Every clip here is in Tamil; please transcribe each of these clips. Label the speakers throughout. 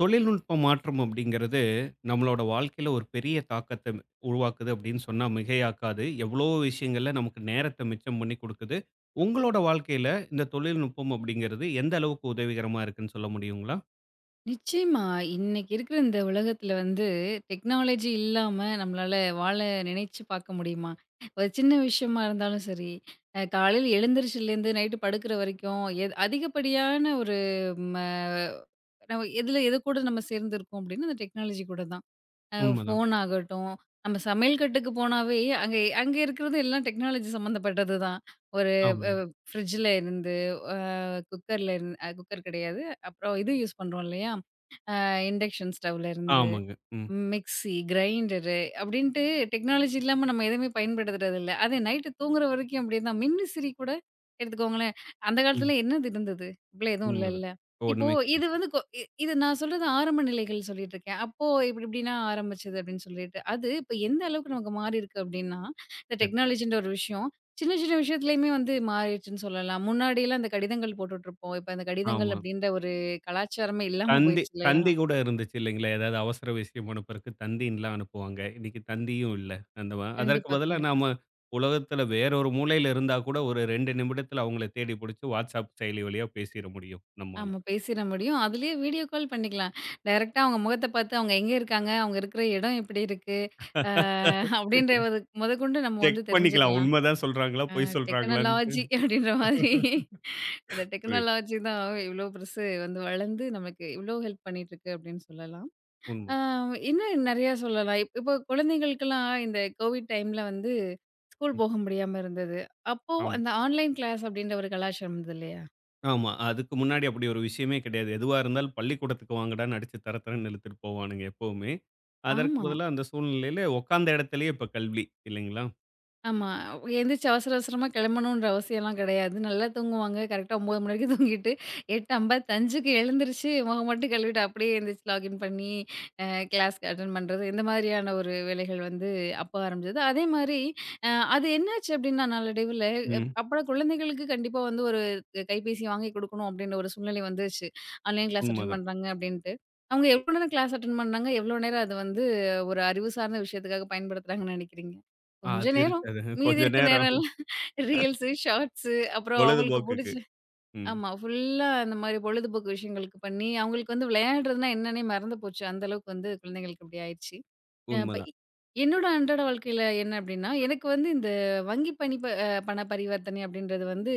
Speaker 1: தொழில்நுட்ப மாற்றம் அப்படிங்கிறது நம்மளோட வாழ்க்கையில ஒரு பெரிய தாக்கத்தை உருவாக்குது அப்படின்னு சொன்னா மிகையாக்காது. எவ்வளோ விஷயங்கள்ல நமக்கு நேரத்தை மிச்சம் பண்ணி கொடுக்குது. உங்களோட வாழ்க்கையில இந்த தொழில்நுட்பம் அப்படிங்கிறது எந்த அளவுக்கு உதவிகரமா இருக்குன்னு சொல்ல முடியுங்களா?
Speaker 2: நிச்சயமா. இன்னைக்கு இருக்கிற இந்த உலகத்துல வந்து டெக்னாலஜி இல்லாம நம்மளால வாழ நினைச்சு பார்க்க முடியுமா? ஒரு சின்ன விஷயமா இருந்தாலும் சரி, காலையில எழுந்திரிச்சலேருந்து நைட்டு படுக்கிற வரைக்கும் எது அதிகப்படியான ஒரு ம நம்ம எதுல எது கூட நம்ம சேர்ந்திருக்கோம் அப்டின்னா, அந்த டெக்னாலஜி கூட தான்.
Speaker 1: உண்மதான்.
Speaker 2: ஃபோன் ஆகட்டும், நம்ம சமையல் கட்டுக்கு போனாவே அங்க அங்க இருக்கிறது எல்லாம் டெக்னாலஜி சம்மந்தப்பட்டது தான். ஒரு
Speaker 1: ஆமாங்க.
Speaker 2: ஃப்ரிட்ஜ்ல இருந்து, அ குக்கர்ல இருந்து குக்கர் கிடையாது. அப்புறம் இது யூஸ் பண்றோம் இல்லையா? இண்டக்ஷன் ஸ்டவ்ல இருந்து,
Speaker 1: ஆமாங்க. ம்,
Speaker 2: மிக்ஸி, கிரைண்டரு அப்படின்ட்டு டெக்னாலஜி இல்லாம நம்ம எதுவுமே பயன்படுத்துறதில்ல. அது நைட்டு தூங்குற வரைக்கும் அப்படிதான். மின்விசிறி கூட எடுத்துக்கோங்களேன். அந்த
Speaker 1: ம்.
Speaker 2: காலத்துல என்னது இருந்தது? இப்படிலாம் எதுவும்
Speaker 1: உண்மதான்.
Speaker 2: இல்லல்ல. இப்போ
Speaker 1: ஒண்ணுமே
Speaker 2: இது
Speaker 1: கிடையாது.
Speaker 2: வந்து கொ இ இது நான் சொல்றது ஆரம்ப நிலைகள் சொல்லிட்டு இருக்கேன். அப்போ இப்படி இப்படின்னா ஆரம்பிச்சது அப்படின்னு சொல்லிட்டு. அது இப்ப எந்த அளவுக்கு நமக்கு மாறியிருக்கு அப்படின்னா, இந்த
Speaker 1: சரி.
Speaker 2: டெக்னாலஜின்ற ஒரு விஷயம் சின்ன சின்ன விஷயத்துலயுமே வந்து மாறிடுச்சுன்னு சொல்லலாம். முன்னாடிலாம் அந்த கடிதங்கள் போட்டுட்ருப்போம். இப்ப அந்த கடிதங்கள்
Speaker 1: ஆமா.
Speaker 2: அப்படின்ற ஒரு கலாச்சாரமே இல்லாம
Speaker 1: தந்தி
Speaker 2: போயிருச்சு இல்லையா?
Speaker 1: தந்தி கூட இருந்துச்சு இல்லைங்களா? ஏதாவது அவசர விஷயம் அனுப்புறக்கு தந்தின்லாம் அனுப்புவாங்க. இன்னைக்கு தந்தியும் இல்ல. அந்த மா அதற்கு
Speaker 2: கண்டிப்பா,
Speaker 1: பதிலா
Speaker 2: கண்டிப்பா.
Speaker 1: நாம உலகத்துல வேற ஒரு மூலையில இருந்தா கூட ஒரு 2 நிமிடத்துல அவங்கள தேடி புடிச்சு WhatsApp செயலி வழியா பேசிற முடியும் நம்மால.
Speaker 2: ஆமா பேசிற முடியும். அதுலயே வீடியோ கால் பண்ணிக்கலாம். டைரக்ட்டா அவங்க முகத்த பார்த்து அவங்க எங்க இருக்காங்க? அவங்க இருக்கிற இடம் எப்படி இருக்கு? அ அப்படின்றது முதற்கொண்டு நம்ம
Speaker 1: செக்
Speaker 2: வந்து
Speaker 1: பண்ணிக்கலாம்.
Speaker 2: தெரிஞ்சுக்கலாம்.
Speaker 1: உண்ம தான் சொல்றாங்களா?
Speaker 2: அ
Speaker 1: பொய் சொல்றாங்களான்ட்டு.
Speaker 2: டெக்னாலஜி அப்படின்ற மாதிரி இந்த
Speaker 1: புரியுது.
Speaker 2: டெக்னாலஜி தான் இவ்ளோ பெருசு வந்து வளர்ந்து நமக்கு இவ்ளோ ஹெல்ப் பண்ணிட்டுருக்கு அப்படின்னு சொல்லலாம். அ
Speaker 1: உண்மதான்.
Speaker 2: இன்னும் நெறையா சொல்லலாம். இப்போ குழந்தைகளுக்கெல்லாம் இந்த கோவிட் டைம்ல வந்து ஸ்கூல்
Speaker 1: ம்.
Speaker 2: போக முடியாம இருந்தது. அப்போ
Speaker 1: ஆமா.
Speaker 2: அந்த ஆன்லைன் கிளாஸ் அப்படின்ற ஒரு கலாச்சாரம் இருந்தது இல்லையா?
Speaker 1: ஆமா. அதுக்கு முன்னாடி அப்படி ஒரு விஷயமே கிடையாது. எதுவா இருந்தாலும் பள்ளிக்கூடத்துக்கு வாங்கடான்னு அடிச்சு தர தரன்னு இழுத்துட்டு போவானுங்க எப்பவுமே. அதற்கு
Speaker 2: ஆமா.
Speaker 1: பதிலா அந்த சூழ்நிலையில உட்காந்த இடத்திலேயே இப்ப கல்வி இல்லைங்களா?
Speaker 2: ஆமா. எந்திரிச்சு அவசர அவசரமா கெளம்பணுன்ற அவசியம்லாம் கிடையாது. நல்லா தூங்குவாங்க. கரெக்ட்டா 9:00 மணி வரைக்கும் தூங்கிட்டு 8:55க்கு எழுந்திரிச்சு முகம் மட்டும் கழுவிட்டு அப்படியே எந்திரிச்சு லாகின் பண்ணி அ கிளாஸ்க்கு அட்டெண்ட் பண்றது. இந்த மாதிரியான ஒரு வேலைகள் வந்து அப்ப ஆரம்பிச்சது. அதே மாரி அ அது என்னாச்சு அப்படின்னா நாளடைவுல
Speaker 1: ம்.
Speaker 2: அப்பலாம் குழந்தைகளுக்கு கண்டிப்பா வந்து ஒரு கைபேசி வாங்கி குடுக்கணும் அப்படின்ற ஒரு சூழ்நிலை வந்துருச்சு. ஆன்லைன் கிளாஸ் அட்டெண்ட்
Speaker 1: உண்மதான்.
Speaker 2: பண்றாங்க அப்படின்ட்டு. அவங்க எவ்வளோ நேரம் கிளாஸ் அட்டெண்ட் பண்ணாங்க? எவ்வளோ நேரம் அது வந்து ஒரு அறிவு சார்ந்த விஷயத்துக்காக பயன்படுத்துறாங்கன்னு நெனைக்கிறீங்க? கொஞ்ச
Speaker 1: அது
Speaker 2: நேரம்
Speaker 1: இருக்காது.
Speaker 2: மீதி
Speaker 1: கொஞ்ச
Speaker 2: இருக்க
Speaker 1: நேரம்
Speaker 2: நேரம்லாம் ரீல்ஸு, ஷார்ட்ஸு அப்புறம் அவங்களுக்கு
Speaker 1: பொழுதுபோக்குக்கு.
Speaker 2: புடிச்ச
Speaker 1: ம்.
Speaker 2: ஆமா. ஃபுல்லா அந்த மாரி பொழுதுபோக்கு விஷயங்களுக்கு பண்ணி, அவங்களுக்கு வந்து விளையாடுறதுன்னா என்னன்னே மறந்து போச்சு. அந்த அளவுக்கு வந்து குழந்தைங்களுக்கு இப்படி ஆயிருச்சு. இப்ப
Speaker 1: உண்மதான்.
Speaker 2: என்னோட அன்றாட வாழ்க்கையில என்ன அப்படின்னா, எனக்கு வந்து இந்த வங்கி பணி ப அ பண பரிவர்த்தனை அப்படின்றது வந்து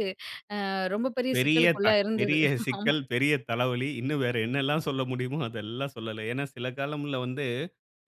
Speaker 2: ரொம்ப பெரிய
Speaker 1: பெரிய த
Speaker 2: சிக்கலுக்குள்ளா இருந்தது.
Speaker 1: பெரிய சிக்கல், பெரிய தலைவலி. இன்னும் வேற என்னெல்லாம் சொல்ல முடியுமோ அதெல்லாம் சொல்லல. ஏன்னா சில காலம்ல வந்து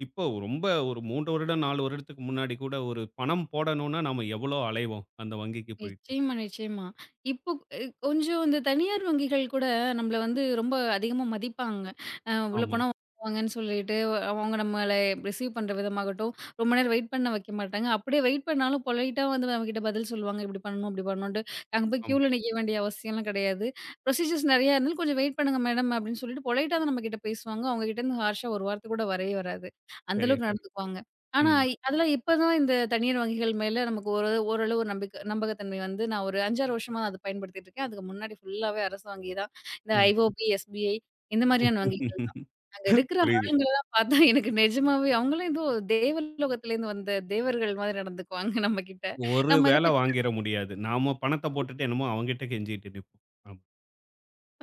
Speaker 1: இப்போ ரொம்ப ஒரு 3 வருடம், 4 வருடத்துக்கு முன்னாடி கூட ஒரு பணம் போடணும்னா நாம எவ்வளோ அலைவோம் அந்த வங்கிக்கு போயிட்டு.
Speaker 2: நிச்சயமா, நிச்சயமா. இப்போ அ கொஞ்சம் இந்த தனியார் வங்கிகள் கூட நம்மள வந்து ரொம்ப அதிகமா மதிப்பாங்க. உள்ள
Speaker 1: ஆமா,
Speaker 2: போனா வாங்கன்னு சொல்லிட்டு, அவங்க நம்மள ரிசீவ் பண்ற விதமாகட்டும், ரொம்ப நேரம் வெயிட் பண்ண வைக்க மாட்டாங்க. அப்படியே வெயிட் பண்ணாலும் பொலைட்டா வந்து நம்மகிட்ட பதில் சொல்லுவாங்க. இப்படி பண்ணணும், அப்படி பண்ணணுன்ட்டு. அங்க போய்
Speaker 1: ஆமா.
Speaker 2: கியூல நிக்க வேண்டிய அவசியம்லாம் கிடையாது. ப்ரொசீஜர்ஸ் நெறையா இருந்தாலும், "கொஞ்சம் வெயிட் பண்ணுங்க மேடம்" அப்படின்னு சொல்லிட்டு பொலைட்டா தான் நம்மகிட்ட பேசுவாங்க. அவங்க கிட்ட இருந்து ஹார்ஷா ஒரு வார்த்தை கூட வரவே வராது. அந்த
Speaker 1: சரியா
Speaker 2: அளவுக்கு
Speaker 1: சொன்னீங்க.
Speaker 2: நடந்துக்குவாங்க. ஆனா,
Speaker 1: ம்,
Speaker 2: அதெல்லாம் இப்ப தான் இந்த தனியார் வங்கிகள் மேல நமக்கு ஒரு ஓரளவு ஒரு நம்பிக்க நம்பகத்தன்மை வந்து நான் ஒரு 5, 6 வருஷமா அத பயன்படுத்திட்டு இருக்கேன். அதுக்கு முன்னாடி ஃபுல்லாவே அரசு வங்கி தான். இந்த
Speaker 1: ம்.
Speaker 2: ஐஓபி, எஸ்பிஐ இந்த மாரியான வங்கிகள் தான். அங்க இருக்கிற
Speaker 1: புரியுது.
Speaker 2: ஆளுங்களலாம் பார்த்தா எனக்கு நிஜமாவே அவங்கலாம் ஏதோ தேவலோகத்துலேருந்து வந்த தேவர்கள் மாதிரி நடந்துக்குவாங்க நம்மகிட்ட.
Speaker 1: ஒரு
Speaker 2: நம்ம ஏதோ
Speaker 1: வேல
Speaker 2: பிச்சை
Speaker 1: வாங்கிற முடியாது. நாம பணத்த போட்டுட்டு என்னமோ அவன்கிட்ட கெஞ்சிட்டு நிப்போம். ஆமா.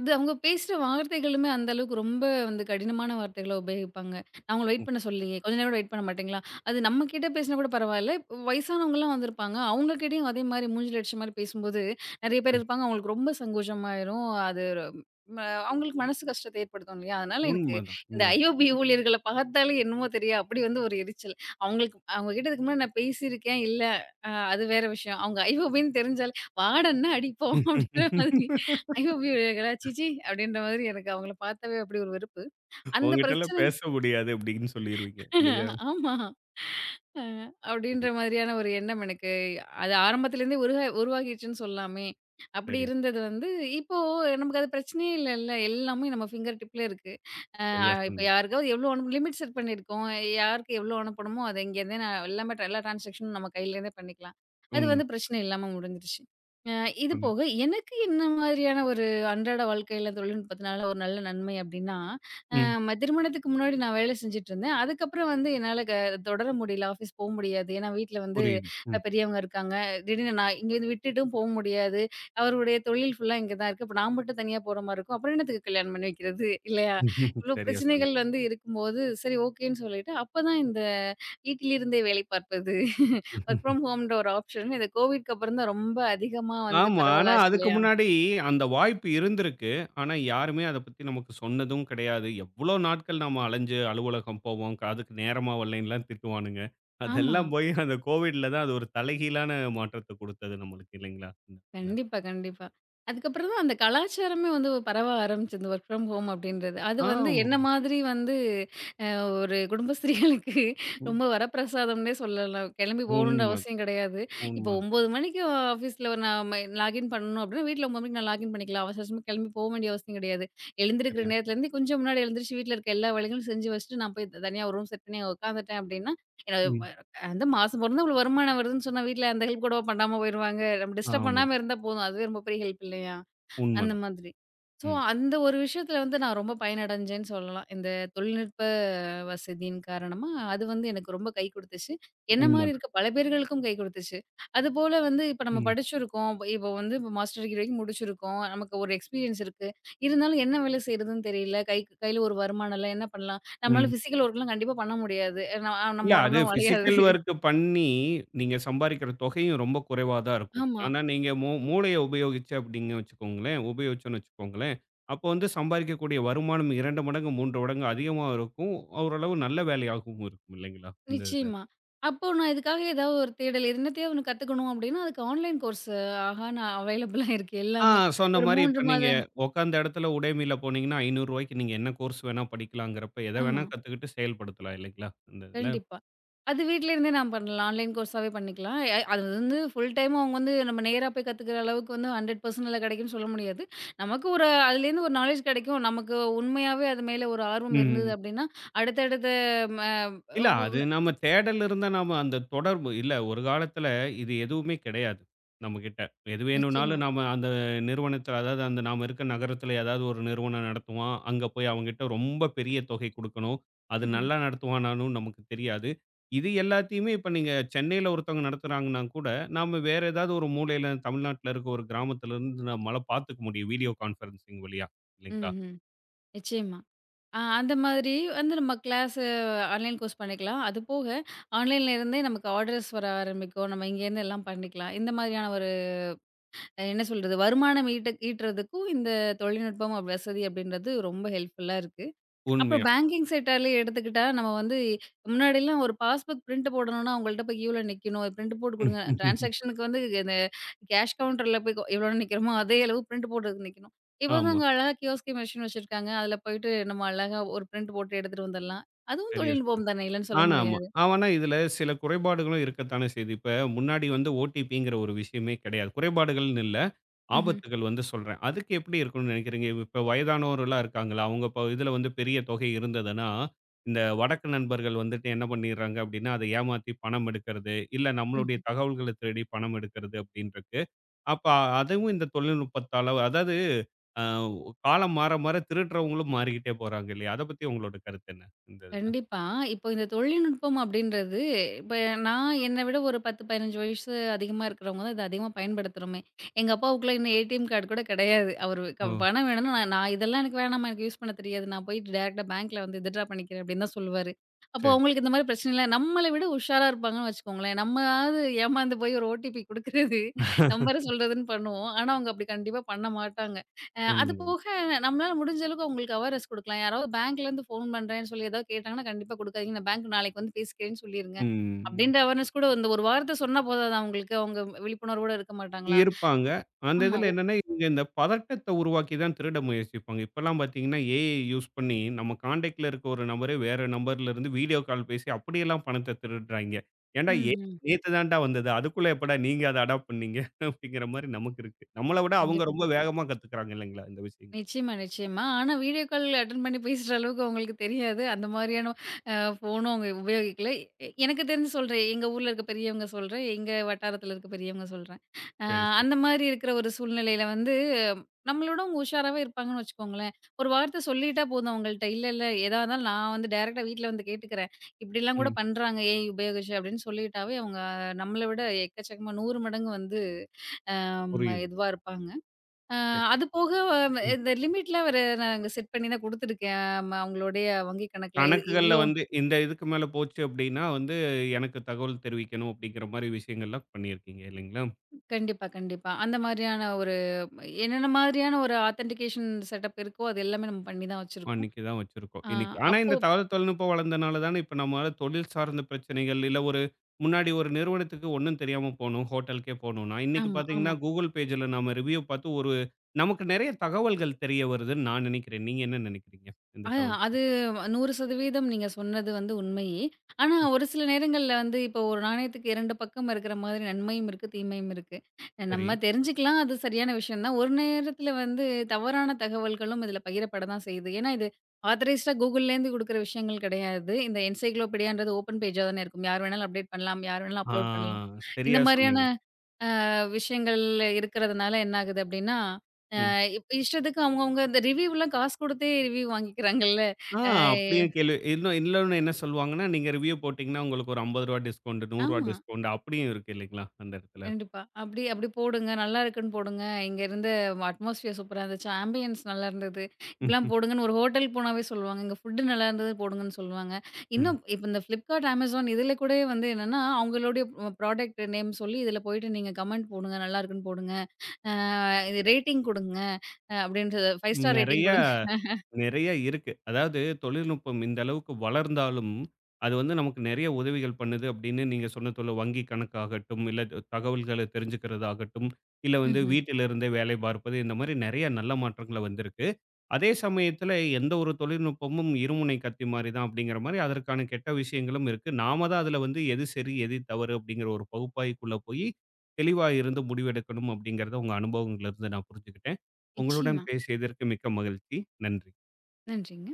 Speaker 2: அது அவங்க பேசுற வார்த்தைகளுமே அந்த அளவுக்கு ரொம்ப வந்து கடினமான வார்த்தைகள உபயோகிப்பாங்க. நான் உங்கள
Speaker 1: ம்,
Speaker 2: வெயிட் பண்ண சொல்லியே, கொஞ்ச நேரம் கூட வெயிட் பண்ண மாட்டீங்களா? அது நம்ம கிட்ட பேசினா கூட பரவாயில்ல. இப்ப வயசானவங்கலாம் வந்திருப்பாங்க. அவங்க கிட்டயும் அதே மாரி மூஞ்சில அடிச்ச மாரி பேசும்போது, நெறைய பேர்
Speaker 1: ம்.
Speaker 2: இருப்பாங்க. அவங்களுக்கு ரொம்ப சங்கோஜமாயிரும். அது ஒரு, ம அவங்களுக்கு மனசு கஷ்டத்த ஏற்படுத்தும் இல்லையா? அதனால எனக்கு
Speaker 1: உண்மதான்,
Speaker 2: இந்த
Speaker 1: உண்மதான்.
Speaker 2: ஐஓபி ஊழியர்கள பார்த்தாலே என்னமோ தெரியும். அப்படி வந்து ஒரு எரிச்சல். அவங்களுக்கு அவங்க கிட்ட இதுக்கு முன்னாடி நான் பேசியிருக்கேன். இல்ல, அது வேற விஷயம். அவங்க ஐஓபின்னு தெரிஞ்சாலே, "வாடன்னா அடிப்போம்" அப்படின்ற மாதிரி. ஐயோ! "ஐயோபியோடா சிச்சி அப்படின்ற மாதிரி எனக்கு அவங்கள பார்த்தாவே அப்படி ஒரு வெறுப்பு. அந்த
Speaker 1: உன்கிட்டலாம்
Speaker 2: பிரச்சனை
Speaker 1: பேச முடியாது அப்டின்னு சொல்லிருவீங்க. இல்லையா?
Speaker 2: ஆமா. அ அப்படின்ற
Speaker 1: புரியுது.
Speaker 2: மாதிரியான ஒரு எண்ணம் எனக்கு அது ஆரம்பத்துலேருந்தே உருவாகிடுச்சுன்னு சொல்லலாமே. அப்படி
Speaker 1: சரியா
Speaker 2: இருந்தது வந்து இப்போ நமக்கு அது பிரச்சனையே இல்லைல்ல. எல்லாமே நம்ம ஃபிங்கர் டிப்ல இருக்கு. அ
Speaker 1: சரியா
Speaker 2: இப்போ
Speaker 1: சொன்னீங்க.
Speaker 2: யாருக்காவது எவ்வளோ அனுப்ப லிமிட் செட் பண்ணியிருக்கோம். யாருக்கு எவ்வளோ அனுப்பணுமோ அது இங்கேருந்தே நான் எல்லாமே எல்லா டிரான்சாக்ஷனும் நம்ம கையிலேருந்தே பண்ணிக்கலாம். அது
Speaker 1: உண்ம
Speaker 2: வந்து பிரச்சனை இல்லாம முடிஞ்சிருச்சு. அ இது
Speaker 1: சொன்னீங்க.
Speaker 2: போக எனக்கு என்ன மாதிரியான ஒரு அன்றாட வாழ்க்கையில தொழில்நுட்பத்தினால ஒரு நல்ல நன்மை அப்படின்னா, அ
Speaker 1: ம்.
Speaker 2: ம திருமணத்துக்கு முன்னாடி நான் வேலை செஞ்சுட்டு இருந்தேன். அதுக்கப்புறம் வந்து என்னால தொடர முடியல. ஆஃபீஸ் போ முடியாது. ஏன்னா வீட்ல வந்து
Speaker 1: புரியுது. ம்.
Speaker 2: பெரியவங்க இருக்காங்க. திடீர்னு நான் இங்கேருந்து விட்டுட்டும் போ முடியாது. அவருடைய தொழில் ஃபுல்லா இங்க தான் இருக்கு. அப்ப நான் மட்டும் தனியா போற மாரி இருக்கும். அப்புறம் என்னத்துக்கு கல்யாணம் பண்ணி வைக்கிறது இல்லையா? இவ்ளோ
Speaker 1: சரியா சொன்னீங்க.
Speaker 2: பிரச்சனைகள் வந்து இருக்கும்போது, சரி ஓகேன்னு சொல்லிட்டு, அப்பதான் இந்த வீட்டிலிருந்தே வேலை பார்ப்பது, வொர்க் ஃப்ரம் ஹோம்ன்ற ஒரு ஆப்ஷன் இந்த கோவிட்க்கு அப்புறம் தான் ரொம்ப அதிகமா வந்து
Speaker 1: ஆமா. ஆனா
Speaker 2: பரவலாச்சு
Speaker 1: அதுக்கு
Speaker 2: இல்லையா?
Speaker 1: முன்னாடி அந்த வாய்ப்பு இருந்திருக்கு. ஆனா யாருமே அத பத்தி நமக்கு சொன்னதும் கிடையாது. எவ்ளோ நாட்கள் நாம அலைஞ்சு அலுவலகம் போவோம். அதுக்கு நேரமா வரலைன்னுலாம் திட்டுவானுங்க.
Speaker 2: ஆமா.
Speaker 1: அதெல்லாம் போய் அந்த கோவிட்ல தான் அது ஒரு தலைகீழான மாற்றத்த குடுத்தது நம்மளுக்கு இல்லைங்களா? இந்த இதுல.
Speaker 2: கண்டிப்பா, கண்டிப்பா. அதுக்கப்புறம் தான் அந்த கலாச்சாரமே வந்து பரவ ஆரம்பிச்சது. வொர்க் ஃப்ரம் ஹோம் அப்படின்றது. அது வந்து
Speaker 1: ஆமா.
Speaker 2: என்ன மாதிரி வந்து அ ஒரு குடும்பஸ்திரீகளுக்கு
Speaker 1: ம்.
Speaker 2: ரொம்ப வரப்பிரசாதம்னே சொல்லலாம். கிளம்பி போகணுன்ற
Speaker 1: உண்ம,
Speaker 2: அவசியம் கிடையாது. இப்போ
Speaker 1: உண்மதான்.
Speaker 2: 9 மணிக்கு ஆஃபீஸ்ல நாம லாகின் பண்ணணும் அப்படின்னா, வீட்ல 9 மணிக்கு நான் லாகின் பண்ணிக்கலாம். அவசர அவசரமா கிளம்பி போ வேண்டிய அவசியம் கிடையாது. எழுந்திருக்கிற
Speaker 1: சரியா
Speaker 2: நேரத்துலேருந்து கொஞ்சம் முன்னாடி எழுந்திரிச்சு வீட்ல இருக்க எல்லா வேலைகளும் செஞ்சு வச்சுட்டு, நான் போய் தனியா ஒரு ரூம் செட் பண்ணி உட்காந்துட்டேன் அப்படின்னா,
Speaker 1: ம்.
Speaker 2: அந்த மாசம் பொறந்தா இவ்வளோ வருமானம் வருதுன்னு சொன்னா, வீட்ல அந்த ஹெல்ப் கூடவா பண்ணாம போயிருவாங்க. நம்ம டிஸ்டர்ப்
Speaker 1: ஆமா.
Speaker 2: பண்ணாம இருந்தா போதும். அதுவே ரொம்ப பெரிய ஹெல்ப் இல்லையா? அந்த
Speaker 1: உண்மதான்.
Speaker 2: மாதிரி. ஸோ,
Speaker 1: ம்.
Speaker 2: அந்த ஒரு விஷயத்துல வந்து நான் ரொம்ப பயனடைஞ்சேன்னு சொல்லலாம். இந்த தொழில்நுட்ப வசதியின் காரணமா, அது வந்து எனக்கு ரொம்ப கை குடுத்துச்சு. என்ன மாரி
Speaker 1: உண்மதான்.
Speaker 2: இருக்க பல பேர்களுக்கும் கை குடுத்துச்சு. அதுபோல வந்து இப்ப நம்ம
Speaker 1: ம்.
Speaker 2: படிச்சிருக்கோம். இப்ப இப்ப வந்து இப்போ மாஸ்டர் டிகிரி வரைக்கும் முடிச்சிருக்கோம். நமக்கு ஒரு எக்ஸ்பீரியன்ஸ் இருக்கு. இருந்தாலும் என்ன வேலை செய்றதுன்னு தெரியல. கையில ஒரு வருமானம் இல்ல. என்ன பண்ணலாம்?
Speaker 1: ம்.
Speaker 2: நம்மளால பிசிக்கல் ஒர்க்லாம் கண்டிப்பா பண்ண முடியாது.
Speaker 1: இல்ல
Speaker 2: நம்ம
Speaker 1: அது
Speaker 2: உடம்புலாம் வளையாது.
Speaker 1: பிசிக்கல் வொர்க் பண்ணி, நீங்க சம்பாரிக்கிற தொகையும் ரொம்ப குறைவா தான் இருக்கும்.
Speaker 2: ஆமா.
Speaker 1: ஆனா, நீங்க மூளைய உபயோகிச்சு அப்படின்னு வச்சுக்கோங்களேன் உபயோகிச்சோம்னு வச்சுக்கோங்களேன், அப்போ வந்து சம்பாரிக்கக்கூடிய வருமானம் 2 மடங்கு, 3 மடங்கு அதிகமா இருக்கும். ஓரளவு நல்ல வேலையாகவும் இருக்கும் இல்லைங்களா? இந்த இதுல.
Speaker 2: நிச்சயமா. அப்போ நான் இதுக்காக ஏதாவது ஒரு தேடல் என்னத்தையோ ஒண்ணு கத்துக்கணும் அப்படின்னா, அதுக்கு ஆன்லைன் கோர்ஸ் ஆஹா நான் அவைலபிளா இருக்கு
Speaker 1: ஆ
Speaker 2: எல்லாமே.
Speaker 1: சொன்ன
Speaker 2: ஒரு
Speaker 1: மாரி இப்ப
Speaker 2: 3
Speaker 1: நீங்க
Speaker 2: மாத
Speaker 1: உட்காந்த இடத்துல உடைமையில போனீங்கன்னா, ரூ. 500க்கு நீங்க என்ன கோர்ஸ் வேணா படிக்கலாங்கிறப்ப, எத
Speaker 2: ஆமா.
Speaker 1: வேணா கத்துக்கிட்டு செயல்படுத்தலாம் இல்லைங்களா? இந்த இதுல.
Speaker 2: கண்டிப்பா. அது வீட்ல இருந்தே நான் பண்ணலாம். ஆன்லைன் கோர்ஸாவே பண்ணிக்கலாம். அது வந்து ஃபுல் டைமா அவங்க வந்து நம்ம நேரா போய் கத்துக்கிற அளவுக்கு வந்து 100% நல்லா கிடைக்கும்னு சொல்ல முடியாது. நமக்கு ஒரு அதுலேருந்து ஒரு நாலேட்ஜ் கிடைக்கும். நமக்கு உண்மையாவே அது மேல ஒரு ஆர்வம் இருந்தது
Speaker 1: ம்.
Speaker 2: அப்படின்னா, அடுத்தடுத்த ம
Speaker 1: இல்ல. அது
Speaker 2: ஒவ்வொ-
Speaker 1: நம்ம தேடல் இருந்தா நாம அந்த தொடர்பு இல்ல ஒரு காலத்துல இது எதுவுமே கிடையாது நம்மகிட்ட. எது வேணும்னாலும்
Speaker 2: நிச்சயமா.
Speaker 1: நாம அந்த நிறுவனத்துல அதாவது அந்த நாம இருக்க நகரத்துல ஏதாவது ஒரு நிறுவனம் நடத்துவான். அங்க போய் அவன்கிட்ட ரொம்ப பெரிய தொகை குடுக்கணும். அது
Speaker 2: ம்ஹ்ம்.
Speaker 1: நல்லா நடத்துவானான்னும் நமக்கு தெரியாது. இது எல்லாத்தையுமே இப்ப நீங்க சென்னையில ஒருத்தவங்க நடத்துறாங்கன்னா கூட, நாம வேற ஏதாவது ஒரு மூலையில தமிழ்நாட்டுல இருக்க ஒரு கிராமத்துல இருந்து நம்மால பார்த்துக்க முடியும். வீடியோ கான்ஃபரன்சிங் வழியா இல்லைங்களா?
Speaker 2: ம்ஹ்ம். நிச்சயமா. அந்த மாதிரி வந்து நம்ம கிளாஸ் ஆன்லைன் கோர்ஸ் பண்ணிக்கலாம். அது போக ஆன்லைன்ல இருந்தே நமக்கு ஆர்டர்ஸ் வர ஆரம்பிக்கும். நம்ம இங்கேருந்து எல்லாம் பண்ணிக்கலாம். இந்த மாதிரியான ஒரு என்ன சொல்றது? வருமானம் ஈட்டுறதுக்கும் இந்த தொழில்நுட்பம் அப்படி வசதி அப்படின்றது ரொம்ப ஹெல்ப்ஃபுல்லா இருக்கு. அப்புறம்
Speaker 1: உண்மையா.
Speaker 2: பேங்கிங் செக்டார்லயே எடுத்துக்கிட்டா, நம்ம வந்து முன்னாடிலாம் ஒரு பாஸ்புக் பிரிண்ட் போடணும்னா, அவங்கள்ட்ட போய் கியூல நிக்கணும். பிரிண்ட் போட்டு குடுங்க. டிரான்சாக்ஷனுக்கு வந்து இந்த கேஷ் கவுண்டர்ல போய் எவ்வளோ நிக்கிறோமோ, அதே அளவு பிரிண்ட் போடுறதுக்கு நிக்கணும். இப்போ வந்து
Speaker 1: ஆமா.
Speaker 2: அங்க அழகா கியோஸ்கி மெஷின் வச்சிருக்காங்க. அதுல போயிட்டு நம்ம அழகா ஒரு பிரிண்ட் போட்டு எடுத்துட்டு வந்துரலாம். அதுவும்
Speaker 1: சரியா சொன்னீங்க.
Speaker 2: தொழில்நுட்பம் தானே! இல்லன்னு சொல்ல
Speaker 1: ஆனா, ஆமா.
Speaker 2: முடியாது.
Speaker 1: ஆனா இதுல சில குறைபாடுகளும் இருக்கத்தானே செய்யுது. இப்ப முன்னாடி வந்து ஓடிபிங்கிற ஒரு விஷயமே கிடையாது. குறைபாடுகள்னு இல்ல,
Speaker 2: ம்ஹ்ம்.
Speaker 1: ஆபத்துகள் வந்து சொல்றேன். அதுக்கு எப்படி இருக்கணும்னு நினைக்கிறீங்க? இப்ப வயதானோர்லாம் இருக்காங்களா? அவங்க இப்ப இதுல வந்து பெரிய தொகை இருந்ததுன்னா, இந்த வடக்கு நண்பர்கள் வந்துட்டு என்ன பண்ணிடுறாங்க அப்படின்னா, அதை ஏமாத்தி பணம் எடுக்கிறது, இல்ல நம்மளுடைய
Speaker 2: ம்.
Speaker 1: தகவல்கள திருடி பணம் எடுக்கிறது அப்படின்ருக்கு. அப்ப அதுவும் இந்த தொழில்நுட்பத்தால அதாவது அ காலம் மாற மாற திருடுறவங்களும் மாறிக்கிட்டே போறாங்க இல்லையா? அத பத்தி உங்களோட கருத்து என்ன? இந்த இதுல.
Speaker 2: கண்டிப்பா. இப்போ இந்த தொழில்நுட்பம் அப்படின்றது, இப்ப நான் என்ன விட ஒரு 10, 15 வயசு அதிகமா இருக்கிறவங்க தான் இத அதிகமா பயன்படுத்துறோமே. எங்க அப்பாவுக்குலாம் இன்னும் ஏடிஎம் கார்டு கூட கிடையாது. அவரு
Speaker 1: ஓ!
Speaker 2: பணம் வேணும்னா, நான் நான் இதெல்லாம் எனக்கு வேணாம்மா, எனக்கு யூஸ் பண்ண தெரியாது. நான் போயிட்டு டைரக்ட்டா பேங்க்ல வந்து வித்ட்ரா பண்ணிக்கிறேன் அப்படின்னு தான் சொல்லுவாரு. அப்போ
Speaker 1: சரி.
Speaker 2: அவங்களுக்கு இந்த மாரி பிரச்சனைலாம் நம்மள விட உஷாரா இருப்பாங்கன்னு வச்சுக்கோங்களேன். நம்மளாவது ஏமாந்து போய் ஒரு ஓடிபி குடுக்குறது, நம்பர சொல்றதுன்னு பண்ணுவோம். ஆனா, அவங்க அப்படி கண்டிப்பா பண்ண மாட்டாங்க. அது
Speaker 1: உண்மைதான்.
Speaker 2: போக நம்மளால முடிஞ்ச அளவுக்கு அவங்களுக்கு அவேர்னஸ் குடுக்கலாம். யாராவது பேங்க்லேருந்து ஃபோன் பண்றேன்னு சொல்லி ஏதாவது கேட்டாங்கன்னா, கண்டிப்பா குடுக்காதீங்க. நான் பேங்க் நாளைக்கு வந்து பேசிக்கிறேன்னு சொல்லிருங்க.
Speaker 1: ம்.
Speaker 2: அப்படின்ற அவேர்னஸ் கூட இந்த ஒரு வார்த்தை சொன்னா போதாதா அவங்களுக்கு? அவங்க விழிப்புணர்வோட இருக்க மாட்டாங்களா?
Speaker 1: இருப்பாங்க. அந்த
Speaker 2: ஆமா.
Speaker 1: இதுல என்னன்னா, இவங்க இந்த பதட்டத்த உருவாக்கி தான் திருட முயற்சிப்பாங்க. இப்பலாம் பாத்தீங்கன்னா, ஏஐ யூஸ் பண்ணி நம்ம கான்டாக்ட்ல இருக்க ஒரு நம்பரே வேற நம்பர்ல இருந்து வீடியோ கால் பேசி அப்படியெல்லாம் பணத்த திருடுறாய்ங்க. ஏன்டா ஏஐ
Speaker 2: ம்ஹ்ம்.
Speaker 1: நேத்து தான்டா வந்தது. அதுக்குள்ள எப்படா நீங்க அத அடாப்ட் பண்ணீங்க? அப்படிங்கிற மாரி நமக்கு இருக்கு. நம்மள விட அவங்க
Speaker 2: கண்டிப்பா.
Speaker 1: ரொம்ப வேகமா கத்துக்கிறாங்க இல்லைங்களா? இந்த விஷயம்.
Speaker 2: நிச்சயமா, நிச்சயமா. ஆனா வீடியோ கால் அட்டெண்ட் பண்ணி பேசுற அளவுக்கு அவங்களுக்கு தெரியாது. அந்த மாதிரியான ஃபோனும் அவங்க உபயோகிக்கல. எனக்கு தெரிஞ்சு சொல்றேன். எங்க ஊர்ல இருக்க பெரியவங்க சொல்றேன். எங்க வட்டாரத்தில இருக்க பெரியவங்க சொல்றேன். அ
Speaker 1: சரி, சரி.
Speaker 2: அந்த மாதிரி இருக்கிற ஒரு சூழ்நிலையில வந்து அஹ், நம்மளோட அவங்க உஷாராவே இருப்பாங்கன்னு வச்சுக்கோங்களேன். ஒரு வார்த்தை சொல்லிட்டா போதும் அவங்கள்ட்ட. "இல்ல, இல்ல எதா இருந்தாலும் நான் வந்து டைரக்ட்டா வீட்ல வந்து கேட்டுக்கிறேன். இப்படிலாம் கூட
Speaker 1: ம்.
Speaker 2: பண்றாங்க ஏஐ உபயோகிச்சு" அப்படின்னு சொல்லிட்டாவே அவங்க நம்மள விட எக்கச்சக்கமா 100 மடங்கு வந்து அம்
Speaker 1: புரியுது.
Speaker 2: இதுவா இருப்பாங்க. அ
Speaker 1: சரி.
Speaker 2: அது போக
Speaker 1: ம்.
Speaker 2: இந்த லிமிட்லாம் வேற நாங்க செட் பண்ணி தான் குடுத்துருக்கேன். அவங்களுடைய வங்கி கணக்குல
Speaker 1: கணக்குகள்ல
Speaker 2: இவ்ளோ
Speaker 1: வந்து இந்த இதுக்கு மேல போச்சு அப்படின்னா வந்து, எனக்கு தகவல் தெரிவிக்கணும் அப்படிங்கிற மாரி விஷயங்கள்லாம் பண்ணியிருக்கீங்க இல்லைங்களா?
Speaker 2: கண்டிப்பா, கண்டிப்பா. அந்த மாதிரியான ஒரு என்னென்ன மாதிரியான ஒரு ஆத்தென்டிகேஷன் செட்டப் இருக்கோ, அது எல்லாமே நம்ம பண்ணி தான் வச்சிருக்கோம்.
Speaker 1: அன்னைக்கு தான் வச்சிருக்கோம்.
Speaker 2: அ
Speaker 1: இன்னைக்கு ஆனா
Speaker 2: அப்போ
Speaker 1: இந்த தகவல் தொழில்நுட்பம் வளர்ந்தனால தானே இப்ப நம்மளால தொழில் சார்ந்த பிரச்சனைகள், இல்ல ஒரு முன்னாடி ஒரு நிறுவனத்துக்கு ஒண்ணும் தெரியாம போனோம். ஹோட்டலுக்கே போனோம்னா, இன்னைக்கு
Speaker 2: ஆமா,
Speaker 1: பார்த்தீங்கன்னா,
Speaker 2: ஆமா.
Speaker 1: Google பேஜ்ல நாம ரிவ்யூ பார்த்து ஒரு நமக்கு நெறைய தகவல்கள் தெரிய வருதுன்னு நான் நெனைக்கிறேன். நீங்க என்ன நெனைக்கிறீங்க? இந்த
Speaker 2: அ
Speaker 1: தகவல்
Speaker 2: அது
Speaker 1: தொழில்நுட்பம்.
Speaker 2: 100% நீங்க சொன்னது வந்து உண்மையே. ஆனா, ஒரு சில நேரங்கள்ல வந்து இப்போ ஒரு நாணயத்துக்கு 2 பக்கம் இருக்கிற மாதிரி நன்மையும் இருக்கு, தீமையும் இருக்கு.
Speaker 1: சரி.
Speaker 2: நம்ம தெரிஞ்சுக்கலாம் அது சரியான விஷயம் தான். ஒரு நேரத்துல வந்து தவறான தகவல்களும் இதுல பகிரப்பட தான் செய்யுது. ஏன்னா, இது ஆத்தரைஸ்டா Googleலேருந்து குடுக்குற விஷயங்கள் கிடையாது. இந்த என்சைக்ளோபீடியான்றது ஓப்பன் பேஜா தானே இருக்கும். யார் வேணாலும் அப்டேட் பண்ணலாம், யார் வேணாலும்
Speaker 1: ஆ
Speaker 2: அப்லோட் பண்ணலாம். இந்த
Speaker 1: சரியா
Speaker 2: மாதிரியான
Speaker 1: சொன்னீங்க.
Speaker 2: விஷயங்கள் இருக்கிறதுனால என்ன ஆகுது அப்டின்னா
Speaker 1: ம்.
Speaker 2: இஷ்டத்துக்கு அவங்கவங்க இந்த ரிவ்யூலாம் காசு குடுத்தே ரிவ்யூ வாங்கிக்கிறாங்கல்ல.
Speaker 1: ஆ
Speaker 2: அ
Speaker 1: அப்படியும் கேள்வி இன்னும் இன்னொன்னு என்ன சொல்லுவாங்கன்னா, நீங்க ரிவ்யூ போட்டீங்கன்னா, உங்களுக்கு ஒரு ரூ. 50 டிஸ்கவுண்ட், ரூ. 100
Speaker 2: ஆமா.
Speaker 1: டிஸ்கவுண்ட் அப்படியும் இருக்கு இல்லைங்களா? அந்த இடத்துல.
Speaker 2: கண்டிப்பா. "அப்படி அப்படி போடுங்க. நல்லா இருக்குன்னு போடுங்க. இங்க இருந்த அட்மாஸ்பியர் சூப்பரா இருந்துச்சு. ஆம்பியன்ஸ் நல்லா இருந்தது. இப்படிலாம் போடுங்கன்னு" ஒரு ஹோட்டல் போனாவே சொல்லுவாங்க. "இங்க ஃபுட் நல்லா இருந்தது போடுங்கன்னு" சொல்லுவாங்க.
Speaker 1: ம்.
Speaker 2: இன்னும் இப்ப இந்த Flipkart, Amazon இதில கூட வந்து என்னன்னா, அவங்களுடைய ப்ராடக்ட் நேம் சொல்லி இதில போயிட்டு நீங்க கமெண்ட் போடுங்க. நல்லா இருக்குன்னு போடுங்க. அ இது ரேட்டிங் குடுங்க. அப்படின்றது 5 ஸ்டார் ரேட்டிங்
Speaker 1: நெறையா
Speaker 2: குடுங்க.
Speaker 1: நிறைய இருக்கு. அதாவது தொழில்நுட்பம் இந்த அளவுக்கு வளர்ந்தாலும், அது வந்து நமக்கு நிறைய உதவிகள் பண்ணுது அப்படின்னு நீங்க சொன்னது போல வங்கி கணக்காகட்டும், இல்ல தகவல்கள தெரிஞ்சுக்கிறதாகட்டும், இல்ல வந்து
Speaker 2: ம்ஹ்ம்.
Speaker 1: வீட்டிலிருந்தே வேலை பார்ப்பது இந்த மாரி நிறைய நல்ல மாற்றங்கள் வந்திருக்கு. அதே சமயத்துல எந்த ஒரு தொழில்நுட்பமும் இருமுனை கத்தி மாரி தான் அப்படிங்கிற மாரி அதற்கான கெட்ட விஷயங்களும் இருக்கு. நாம தான் அதுல வந்து எது சரி, எது தவறு அப்படிங்கிற ஒரு பகுப்பாய்வுக்குள்ள போயி, தெளிவா இருந்து முடிவெடுக்கணும் அப்படிங்கிறத உங்க அனுபவங்கள்ல இருந்து நான் புரிஞ்சுக்கிட்டேன். உங்களுடன்
Speaker 2: நிச்சயமா.
Speaker 1: பேசியதற்கு மிக்க மகிழ்ச்சி. நன்றி.
Speaker 2: நன்றிங்க.